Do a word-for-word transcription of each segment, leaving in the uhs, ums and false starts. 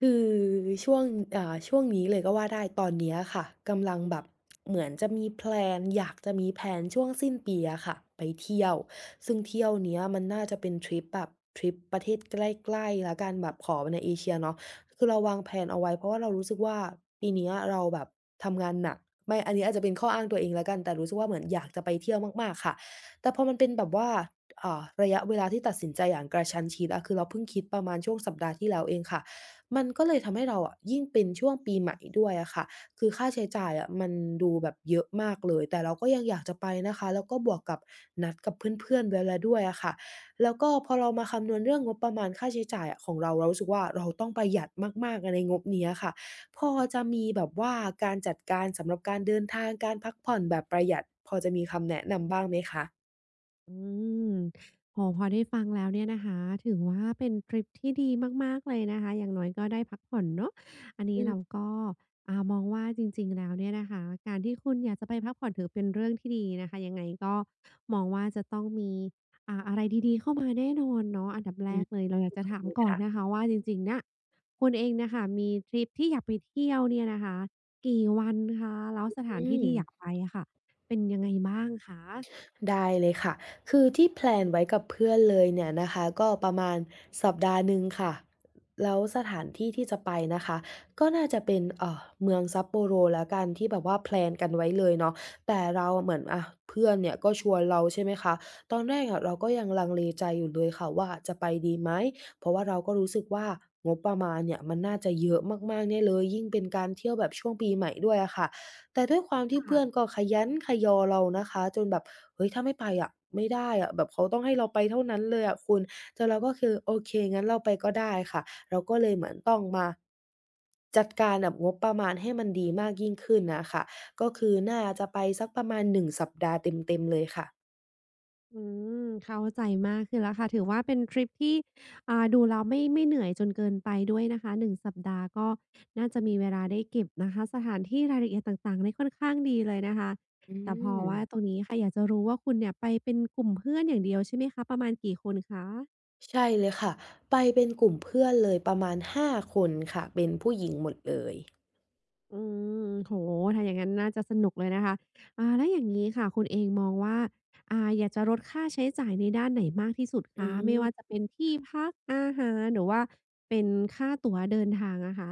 คือช่วงอ่าช่วงนี้เลยก็ว่าได้ตอนเนี้ยค่ะกำลังแบบเหมือนจะมีแพลนอยากจะมีแพลนช่วงสิ้นปีอะค่ะไปเที่ยวซึ่งเที่ยวเนี้ยมันน่าจะเป็นทริปแบบทริปประเทศใกล้ๆแล้วกันแบบขอเปในเอเชียเนาะคือเราวางแพลนเอาไว้เพราะว่าเรารู้สึกว่าปีเนี้ยเราแบบทำงานหนักไม่อันนี้อาจจะเป็นข้ออ้างตัวเองแล้วกันแต่รู้สึกว่าเหมือนอยากจะไปเที่ยวมากๆค่ะแต่พอมันเป็นแบบว่าอ่าระยะเวลาที่ตัดสินใจอย่างกระชั้นชิดอะคือเราเพิ่งคิดประมาณช่วงสัปดาห์ที่แล้วเองค่ะ มันก็เลยทำให้เราอะยิ่งเป็นช่วงปีใหม่ด้วยอะค่ะคือค่าใช้จ่ายอะมันดูแบบเยอะมากเลยแต่เราก็ยังอยากจะไปนะคะแล้วก็บวกกับนัดกับเพื่อนๆไว้แล้วด้วยอะค่ะแล้วก็พอเรามาคำนวณเรื่องงบประมาณค่าใช้จ่ายอะของเราเรารู้สึกว่าเราต้องประหยัดมากๆอะในงบเนี้ยค่ะพอจะมีแบบว่าการจัดการสำหรับการเดินทางการพักผ่อนแบบประหยัดพอจะมีคำแนะนำบ้างไหมคะอืมโอพอได้ฟังแล้วเนี่ยนะคะถือว่าเป็นทริปที่ดีมากๆเลยนะคะอย่างน้อยก็ได้พักผ่อนเนาะอันนี้อืเรามก็อ่ามองว่าจริงๆแล้วเนี่ยนะคะการที่คุณอยากจะไปพักผ่อนถือเป็นเรื่องที่ดีนะคะยังไงก็มองว่าจะต้องมีอ่าอะไรดีๆเข้ามาแน่นอนเนาะอันดับแรอืมกเลยเราอยากจะขอบถาคมณก่อนค่ะนะคะว่าจริงๆเนี่ยคุณเองน่ะค่ะมีทริปที่อยากไปเที่ยวเนี่ยนะคะกี่วันคะแล้วสถานอืที่ม ที่อยากไปอะค่ะเป็นยังไงบ้างคะได้เลยค่ะ คือที่แพลนไว้กับเพื่อนเลยเนี่ยนะคะก็ประมาณสัปดาห์หนึ่งค่ะ แล้วสถานที่ที่จะไปนะคะก็น่าจะเป็นเอ่อเมืองซัปโปโรแล้วกันที่แบบว่าแพลนกันไว้เลยเนาะแต่เราอะเหมือนอะเพื่อนเนี่ยก็ชวนเราใช่ไหมคะตอนแรกอะเราก็ยังลังเลใจอยู่เลยค่ะว่าจะไปดีไหม เพราะว่าเราก็รู้สึกว่างบประมาณเนี่ยมันน่าจะเยอะมากๆแน่เลยยิ่งเป็นการเที่ยวแบบช่วงปีใหม่ด้วยอะค่ะ แต่ด้วยความที่เพื่อนค่ะ ก็ขยันขยอเรานะคะจนแบบเฮ้ยถ้าไม่ไปอะไม่ได้อะแบบเขาต้องให้เราไปเท่านั้นเลยอะคุณจนเราก็คือโอเคงั้นเราไปก็ได้ค่ะเราก็เลยเหมือนต้องมาจัดการกับงบประมาณให้มันดีมากยิ่งขึ้นน่ะค่ะก็คือน่าจะไปสักประมาณหนึ่งสัปดาห์เต็มๆเลยค่ะอืมเข้าใจมากขึ้นแล้วค่ะถือว่าเป็นทริปที่อ่าดูแล้วไม่ไม่เหนื่อยจนเกินไปด้วยนะคะหนึ่งสัปดาห์ก็น่าจะมีเวลาได้เก็บนะคะสถานที่รายละเอียดต่างๆได้ค่อนข้างดีเลยนะคะอืแต่พอมว่าตรงนี้ค่ะอยากจะรู้ว่าคุณเนี่ยไปเป็นกลุ่มเพื่อนอย่างเดียวใช่ไหมคะประมาณกี่คนคะ ใช่เลยค่ะไปเป็นกลุ่มเพื่อนเลยประมาณห้าคนค่ะเป็นผู้หญิงหมดเลยอืมโอ้โถ้าอย่างนั้นน่าจะสนุกเลยนะคะอ่าแล้วอย่างงี้ค่ะคุณเองมองว่าอ่าอยากจะลดค่าใช้จ่ายในด้านไหนมากที่สุดอืคะไม่ว่าม จะเป็นที่พักอาหารหรือว่าเป็นค่าตั๋วเดินทางอะคะ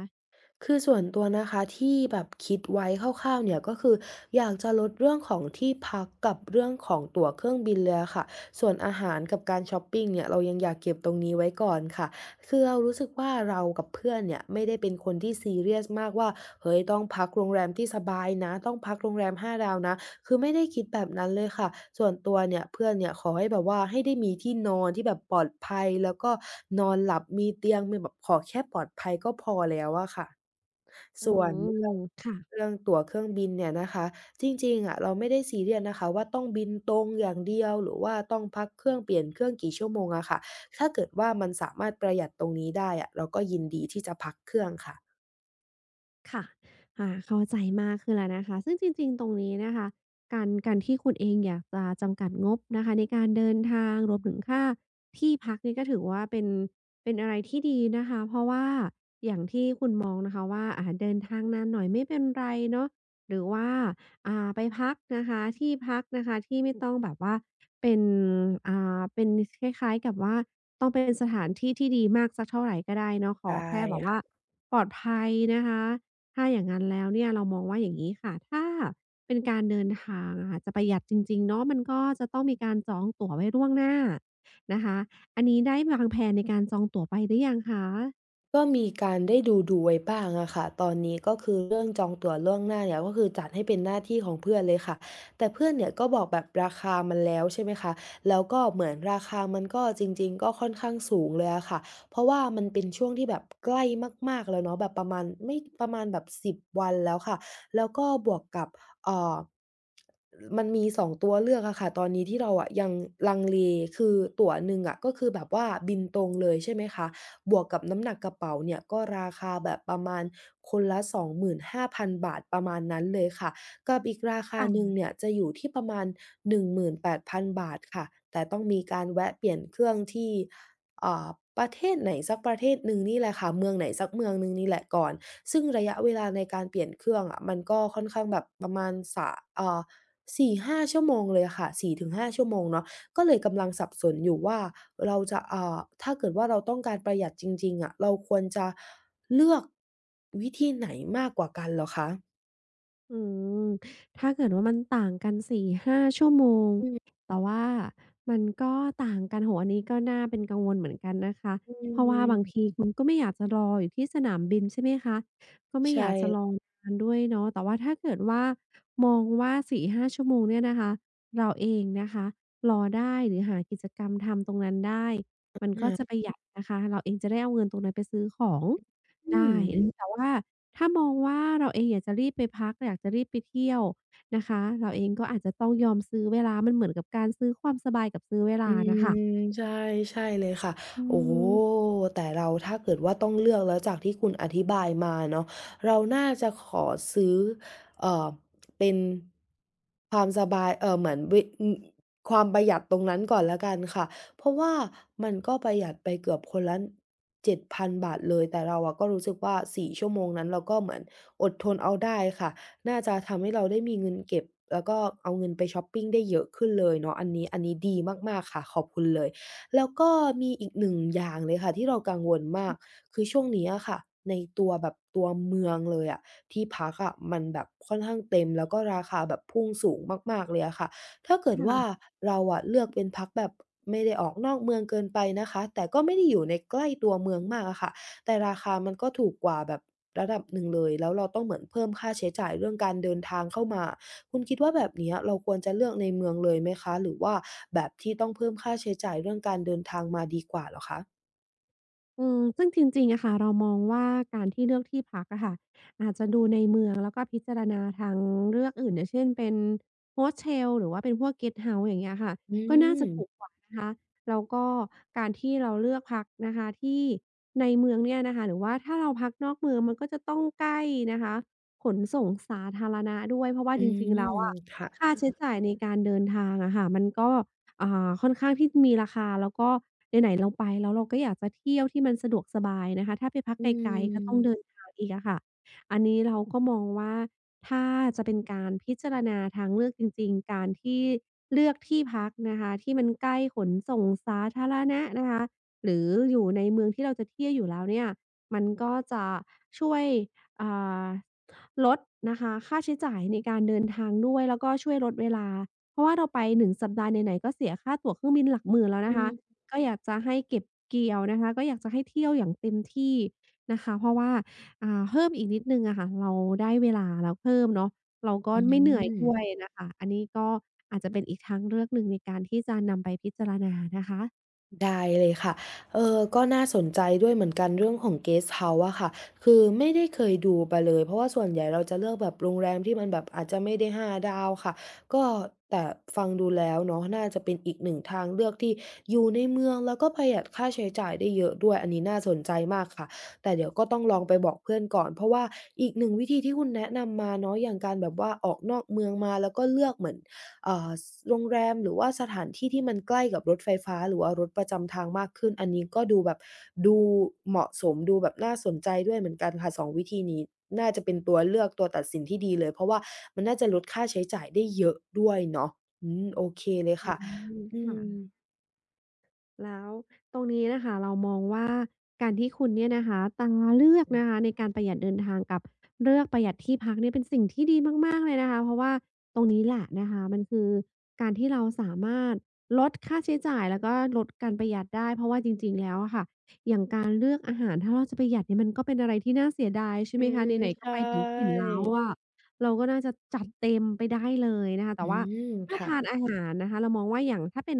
คือส่วนตัวนะคะที่แบบคิดไว้คร่าวๆเนี่ยก็คืออยากจะลดเรื่องของที่พักกับเรื่องของตั๋วเครื่องบินเลยอะค่ะส่วนอาหารกับการชอปปิงเนี่ยเรายังอยากเก็บตรงนี้ไว้ก่อนค่ะคือเรารู้สึกว่าเรากับเพื่อนเนี่ยไม่ได้เป็นคนที่ซีเรียสมากว่าเฮ้ยต้องพักโรงแรมที่สบายนะต้องพักโรงแรมห้าดาวนะ คือไม่ได้คิดแบบนั้นเลยค่ะส่วนตัวเนี่ยเพื่อนเนี่ยขอให้แบบว่าให้ได้มีที่นอนที่แบบปลอดภัยแล้วก็นอนหลับมีเตียงมีแบบขอแค่ปลอดภัยก็พอแล้วอะค่ะอืส่วนมเรื่องค่ะ เรื่องตั๋วเครื่องบินเนี่ยนะคะจริงๆอะเราไม่ได้ซีเรียสนะคะว่าต้องบินตรงอย่างเดียวหรือว่าต้องพักเครื่องเปลี่ยนเครื่องกี่ชั่วโมงอะค่ะถ้าเกิดว่ามันสามารถประหยัดตรงนี้ได้อะเราก็ยินดีที่จะพักเครื่องค่ะค่ะอาเข้าใจมากขึ้นแล้วนะคะ ซึ่งจริงๆ ตรงนี้นะคะ การการที่คุณเองอยากจะจำกัดงบนะคะในการเดินทางรวมถึงค่าที่พักนี่ก็ถือว่าเป็น เป็นอะไรที่ดีนะคะ เพราะว่า อย่างที่คุณมองนะคะว่าอ่าเดินทางนานหน่อยไม่เป็นไรเนาะหรือว่าอ่า ไปพักนะคะ ที่พักนะคะที่ไม่ต้องแบบว่า เป็นอ่าเป็นคล้ายๆ กับว่า ต้องเป็นสถานที่ที่ดีมากสักเท่าไรก็ได้เนาะขใช่อแค่แบบว่าค่ะ ปลอดภัยนะคะ ถ้าอย่างงั้นแล้วเนี่ยเรามองว่าอย่างนี้ค่ะถ้าเป็นการเดินทางอะค่ะจะประหยัดจริงๆเนาะมันก็จะต้องมีการจองตั๋วไว้ล่วงหน้านะคะอันนี้ได้วางแผนในการจองตั๋วไปหรือยังคะ ก็มีการได้ดูดูไว้บ้างอะค่ะตอนนี้ก็คือเรื่องจองตั๋วล่วงหน้าเนี่ยก็คือจัดให้เป็นหน้าที่ของเพื่อนเลยค่ะแต่เพื่อนเนี่ยก็บอกแบบราคามันแล้วใช่ไหมคะแล้วก็เหมือนราคามันก็จริงๆก็ค่อนข้างสูงเลยอะค่ะเพราะว่ามันเป็นช่วงที่แบบใกล้มากๆแล้วเนาะแบบประมาณไม่ประมาณแบบสิบวันแล้วค่ะแล้วก็บวกกับเอ่อมันมีสองตัวเลือกอะค่ะตอนนี้ที่เราอะยังลังเลคือตั๋วหนึ่งอะก็คือแบบว่าบินตรงเลยใช่ไหมคะ บวกกับน้ำหนักกระเป๋าเนี่ยก็ราคาแบบประมาณคนละสองหมื่นห้าพันบาทประมาณนั้นเลยค่ะกับอีกราคาหนึ่งเนี่ยจะอยู่ที่ประมาณหนึ่งหมื่นแปดพันบาทค่ะแต่ต้องมีการแวะเปลี่ยนเครื่องที่อ่าประเทศไหนสักประเทศหนึ่งนี่แหละค่ะเมืองไหนสักเมืองหนึ่งนี่แหละก่อนซึ่งระยะเวลาในการเปลี่ยนเครื่องอะมันก็ค่อนข้างแบบประมาณสะเอ่อสี่ห้าชั่วโมงเลยค่ะสี่ถึงห้าชั่วโมงเนาะ ก็เลยกำลังสับสนอยู่ว่าเราจะอ่าถ้าเกิดว่าเราต้องการประหยัดจริงๆอะเราควรจะเลือกวิธีไหนมากกว่ากันเหรอคะอืมถ้าเกิดว่ามันต่างกันสี่ถึงห้าชั่วโมง แต่ว่ามันก็ต่างกันโอ้โฮอันนี้ก็น่าเป็นกังวลเหมือนกันนะคะอืเพราะว่าบางมทีคุณก็ไม่อยากจะรออยู่ที่สนามบินใช่ไหมคะก็ไม่ใชอยากจะรอ่นานด้วยเนาะแต่ว่าถ้าเกิดว่ามองว่าสี่ถึงห้าชั่วโมงเนี่ยนะคะ เราเองนะคะรอได้หรือหากิจกรรมทำตรงนั้นได้คมันก็่ะจะประหยัดนะคะเราเองจะได้เอาเงินตรงนั้นไปซื้อของ อืได้ม อืมแต่ว่าถ้ามองว่าเราเองอยากจะรีบไปพักอยากจะรีบไปเที่ยวนะคะเราเองก็อาจจะต้องยอมซื้อเวลามันเหมือนกับการซื้อความสบายกับซื้อเวอืลาน่ะค่ะมใช่ใช่เลยค่ะอืโอ้โฮมแต่เราถ้าเกิดว่าต้องเลือกแล้วจากที่คุณอธิบายมาเนาะเราน่าจะขอซื้อเอ่อเป็นความสบายเอ่อเหมือนวิอืมความประหยัดตรงนั้นก่อนแล้วกันค่ะเพราะว่ามันก็ประหยัดไปเกือบคนละเจ็ดพันบาทบาทเลยแต่เราอะก็รู้สึกว่าสี่ชั่วโมงนั้นเราก็เหมือนอดทนเอาได้ค่ะ น่าจะทำให้เราได้มีเงินเก็บแล้วก็เอาเงินไปช็อปปิงได้เยอะขึ้นเลยเนาะอันนี้อันนี้ดีมากๆค่ะขอบคุณเลยแล้วก็มีอีกหนึ่งอย่างเลยค่ะที่เรากังวลมากคือช่วงนี้อะค่ะในตัวแบบตัวเมืองเลยอะที่พักอะมันแบบค่อนข้างเต็มแล้วก็ราคาแบบพุ่งสูงมากๆเลยอะค่ะถ้าเกิดว่าค่ะ เราอะเลือกเป็นพักแบบไม่ได้ออกนอกเมืองเกินไปนะคะแต่ก็ไม่ได้อยู่ในใกล้ตัวเมืองมากอะค่ะ แต่ราคามันก็ถูกกว่าแบบระดับหนึ่งเลยแล้วเราต้องเหมือนเพิ่มค่าใช้จ่ายเรื่องการเดินทางเข้ามาคุณคิดว่าแบบเนี้ยเราควรจะเลือกในเมืองเลยไหมคะหรือว่าแบบที่ต้องเพิ่มค่าใช้จ่ายเรื่องการเดินทางมาดีกว่าเหรอคะอืมซึ่งจริงๆอะค่ะเรามองว่าการที่เลือกที่พักอะค่ะอาจจะดูในเมืองแล้วก็พิจารณาทางเลือกอื่นอย่างเช่นเป็น Hostel หรือว่าเป็นพวก Guest House อย่างเงี้ยค่ะอืก็น่าจะถูกมกว่านะคะแล้วก็การที่เราเลือกพักนะคะที่ในเมืองเนี่ยนะคะหรือว่าถ้าเราพักนอกเมืองมันก็จะต้องใกล้นะคะขนส่งสาธารณะด้วยเพราะว่าอืจริงมๆแล้วอะค่ะค่าใช้จ่ายในการเดินทางอะค่ะมันก็ อ่าค่อนข้างที่มีราคาแล้วก็ไหนๆเราไปแล้วเราก็อยากจะเที่ยวที่มันสะดวกสบายนะคะถ้าไปพักอืไกลๆก็ต้องเดินมทางอีกอะค่ะอันนี้เราก็มองว่าถ้าจะเป็นการพิจารณาทางเลือกจริงๆการที่เลือกที่พักนะคะที่มันใกล้ขนส่งสาธารณะนะคะหรืออยู่ในเมืองที่เราจะเที่ยวอยู่แล้วเนี่ยมันก็จะช่วยอ่าลดนะคะค่าใช้จ่ายในการเดินทางด้วยแล้วก็ช่วยลดเวลา เพราะว่าเราไปหนึ่งสัปดาห์ไหนๆก็เสียค่าตั๋วเครื่องบินหลักหมื่นแล้วอืนะคะมก็อยากจะให้เก็บเกี่ยวนะคะก็อยากจะให้เที่ยวอย่างเต็มที่นะคะเพราะว่าอ่าเพิ่มอีกนิดหนึ่งอะค่ะเราได้เวลาแล้วเพิ่มเนาะเราก็อืไม่เหนื่อยด้วยม น่ะค่ะอันนี้ก็อาจจะเป็นอีกทางเลือกหนึ่งในการที่จะนำไปพิจารณานะคะได้เลยค่ะเออก็น่าสนใจด้วยเหมือนกันเรื่องของ Guest House อะค่ะคือไม่ได้เคยดูมาเลยเพราะว่าส่วนใหญ่เราจะเลือกแบบโรงแรมที่มันแบบอาจจะไม่ได้ห้าดาวค่ะก็แต่ฟังดูแล้วเนาะน่าจะเป็นอีกหนึ่งทางเลือกที่อยู่ในเมืองแล้วก็ประหยัดค่าใช้จ่ายได้เยอะด้วยอันนี้น่าสนใจมากค่ะแต่เดี๋ยวก็ต้องลองไปบอกเพื่อนก่อนเพราะว่าอีกหนึ่งวิธีที่คุณแนะนำมาเนาะอย่างการแบบว่าออกนอกเมืองมาแล้วก็เลือกเหมือน เอ่อสโรงแรมหรือว่าสถานที่ที่มันใกล้กับรถไฟฟ้าหรือว่ารถประจำทางมากขึ้นอันนี้ก็ดูแบบดูเหมาะสมดูแบบน่าสนใจด้วยเหมือนกันค่ะสองวิธีนี้น่าจะเป็นตัวเลือกตัวตัดสินที่ดีเลยเพราะว่ามันน่าจะลดค่าใช้จ่ายได้เยอะด้วยเนาะอืมโอเคเลยอืค่ะมอืค่ะ มแล้วตรงนี้น่ะค่ะเรามองว่าการที่คุณเนี่ยนะคะตาเลือกอืนะมคะในการประหยัดเดินทางกับเลือกประหยัดที่พักเนี่ยเป็นสิ่งที่ดีมากๆเลยนะคะเพราะว่าตรงนี้แหละนะคะมันคือการที่เราสามารถลดค่าใช้จ่ายแล้วก็ลดการประหยัดได้เพราะว่าจริงๆแล้วอะค่ะอย่างการเลือกอาหารถ้าเราจะประหยัดเนี่ยมันก็เป็นอะไรที่น่าเสียดายใช่อืไหมมคะไหนๆก็ใช่ไปถึงถิ่นแล้วอะเราก็น่าจะจัดเต็มไปได้เลยนะคะอืแต่ว่า มถ้าค่ะทานอาหารนะคะเรามองว่าอย่างถ้าเป็น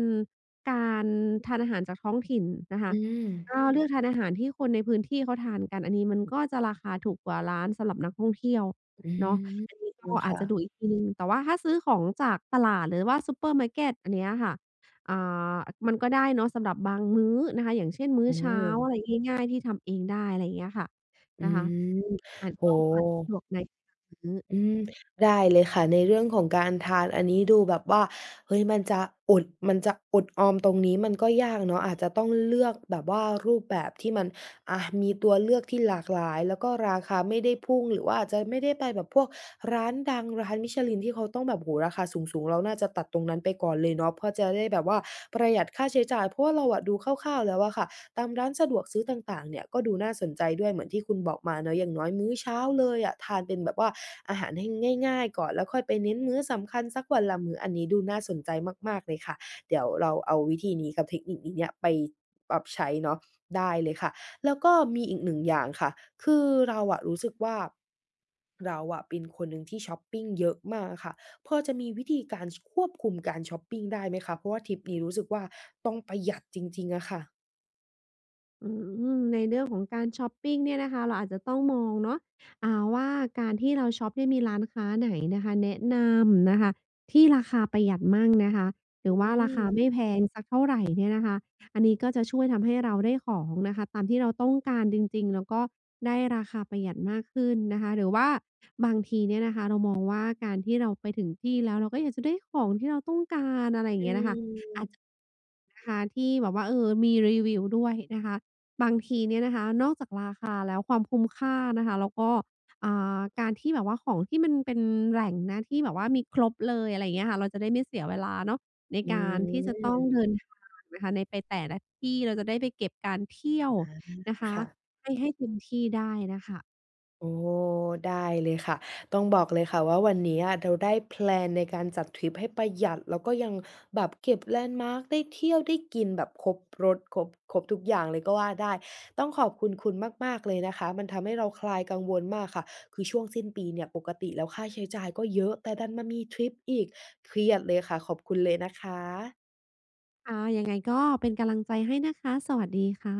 การทานอาหารจากท้องถิ่นนะอืคะมก็เลือกทานอาหารที่คนในพื้นที่เขาทานกันอันนี้มันก็จะราคาถูกกว่าร้านสำหรับนักท่องเที่ยวอืเนาะอันนี้ก็มอาจค่ะจะดูอีกทีหนึ่งแต่ว่าถ้าซื้อของจากตลาดหรือว่าซูเปอร์มาร์เกตอันเนี้ยค่ะอ่ามันก็ได้เนาะสำหรับบางมื้อนะคะอย่างเช่นมื้อโอ้เช้าอะไรง่ายๆที่ทำเองได้อะไรอย่างเงี้ยค่ะอืนะคะมอันโอ้ก็โก็อาจจะสะดวกฮ ในอือ อืมได้เลยค่ะในเรื่องของการทานอันนี้ดูแบบว่าเฮ้ยมันจะอดมันจะอดออมตรงนี้มันก็ยากเนาะอาจจะต้องเลือกแบบว่ารูปแบบที่มันอ่ามีตัวเลือกที่หลากหลายแล้วก็ราคาไม่ได้พุ่งหรือว่าอาจจะไม่ได้ไปแบบพวกร้านดังร้าน Michelin ที่เขาต้องแบบโอ้โฮราคาสูงๆเราน่าจะตัดตรงนั้นไปก่อนเลยเนาะเพื่อจะได้แบบว่าประหยัดค่าใช้จ่ายเพราะว่าเราอะดูคร่าวๆแล้วอะค่ะ ตามร้านสะดวกซื้อต่างๆเนี่ยก็ดูน่าสนใจด้วยเหมือนที่คุณบอกมาเนาะอย่างน้อยมื้อเช้าเลยอะทานเป็นแบบว่าอาหารให้ง่ายๆก่อนแล้วค่อยไปเน้นมื้อสำคัญสักวันละมื้ออันนี้ดูน่าสนใจมากๆเลยค่ะเดี๋ยวเราเอาวิธีนี้กับเทคนิคนี้เนี่ยไปปรับใช้เนาะได้เลยค่ะแล้วก็มีอีกหนึ่งอย่างค่ะคือเราอะรู้สึกว่าเราอะเป็นคนหนึ่งที่ช็อปปิงเยอะมากอะค่ะพอจะมีวิธีการชควบคุมการช็อปปิงได้ไหมคะเพราะว่าทริปนี้รู้สึกว่าต้องประหยัดจริงๆอะค่ะอืมในเรื่องของการช้อปปิงเนี่ยนะคะเราอาจจะต้องมองเนาะอ่าว่าการที่เราช็อปเนี่ยมีร้านค้าไหนนะคะแนะนำนะคะที่ราคาประหยัดมั่งนะคะหรือว่าอืราคาไม่ม แพงสักเท่าไรเนี่ยนะคะอันนี้ก็จะช่วยทำให้เราได้ของนะคะตามที่เราต้องการจริงๆแล้วก็ได้ราคาประหยัดมากขึ้นนะคะหรือว่าบางทีเนี่ยนะคะเรามองว่าการที่เราไปถึงที่แล้วเราก็อยากจะได้ของที่เราต้องการอะไรอย่างอืเงี้ยน่ะค่ะอาจมนะคะที่แบบว่าเออมีรีวิวด้วยนะคะ บางทีเนี่ยนะคะนอกจากราคาแล้วความคุ้มค่านะคะแล้วก็อ่าการที่แบบว่าของที่มันเป็นแหล่งนะที่แบบว่ามีครบเลยอะไรอย่างเงี้ยค่ะเราจะได้ไม่เสียเวลาเนาะในอืการที่จะต้องมเดินทางนะคะในไปแต่ละที่เราจะได้ไปเก็บการเที่ยวอานะคะค่ะให้ให้เต็มที่ได้น่ะค่ะโอ้ได้เลยค่ะต้องบอกเลยค่ะว่าวันนี้อะเราได้แพลนในการจัดทริปให้ประหยัดแล้วก็ยังแบบเก็บแลนด์มาร์กได้เที่ยวได้กินแบบครบรสครบครบทุกอย่างเลยก็ว่าได้ต้องขอบคุณคุณมากๆเลยนะคะมันทำให้เราคลายกังวลมากค่ะคือช่วงสิ้นปีเนี่ยปกติแล้วค่าใช้จ่ายก็เยอะแต่ดันมามีทริปอีกเครียดเลยค่ะขอบคุณเลยนะคะค่ะยังไงก็เป็นกำลังใจให้นะคะสวัสดีค่ะ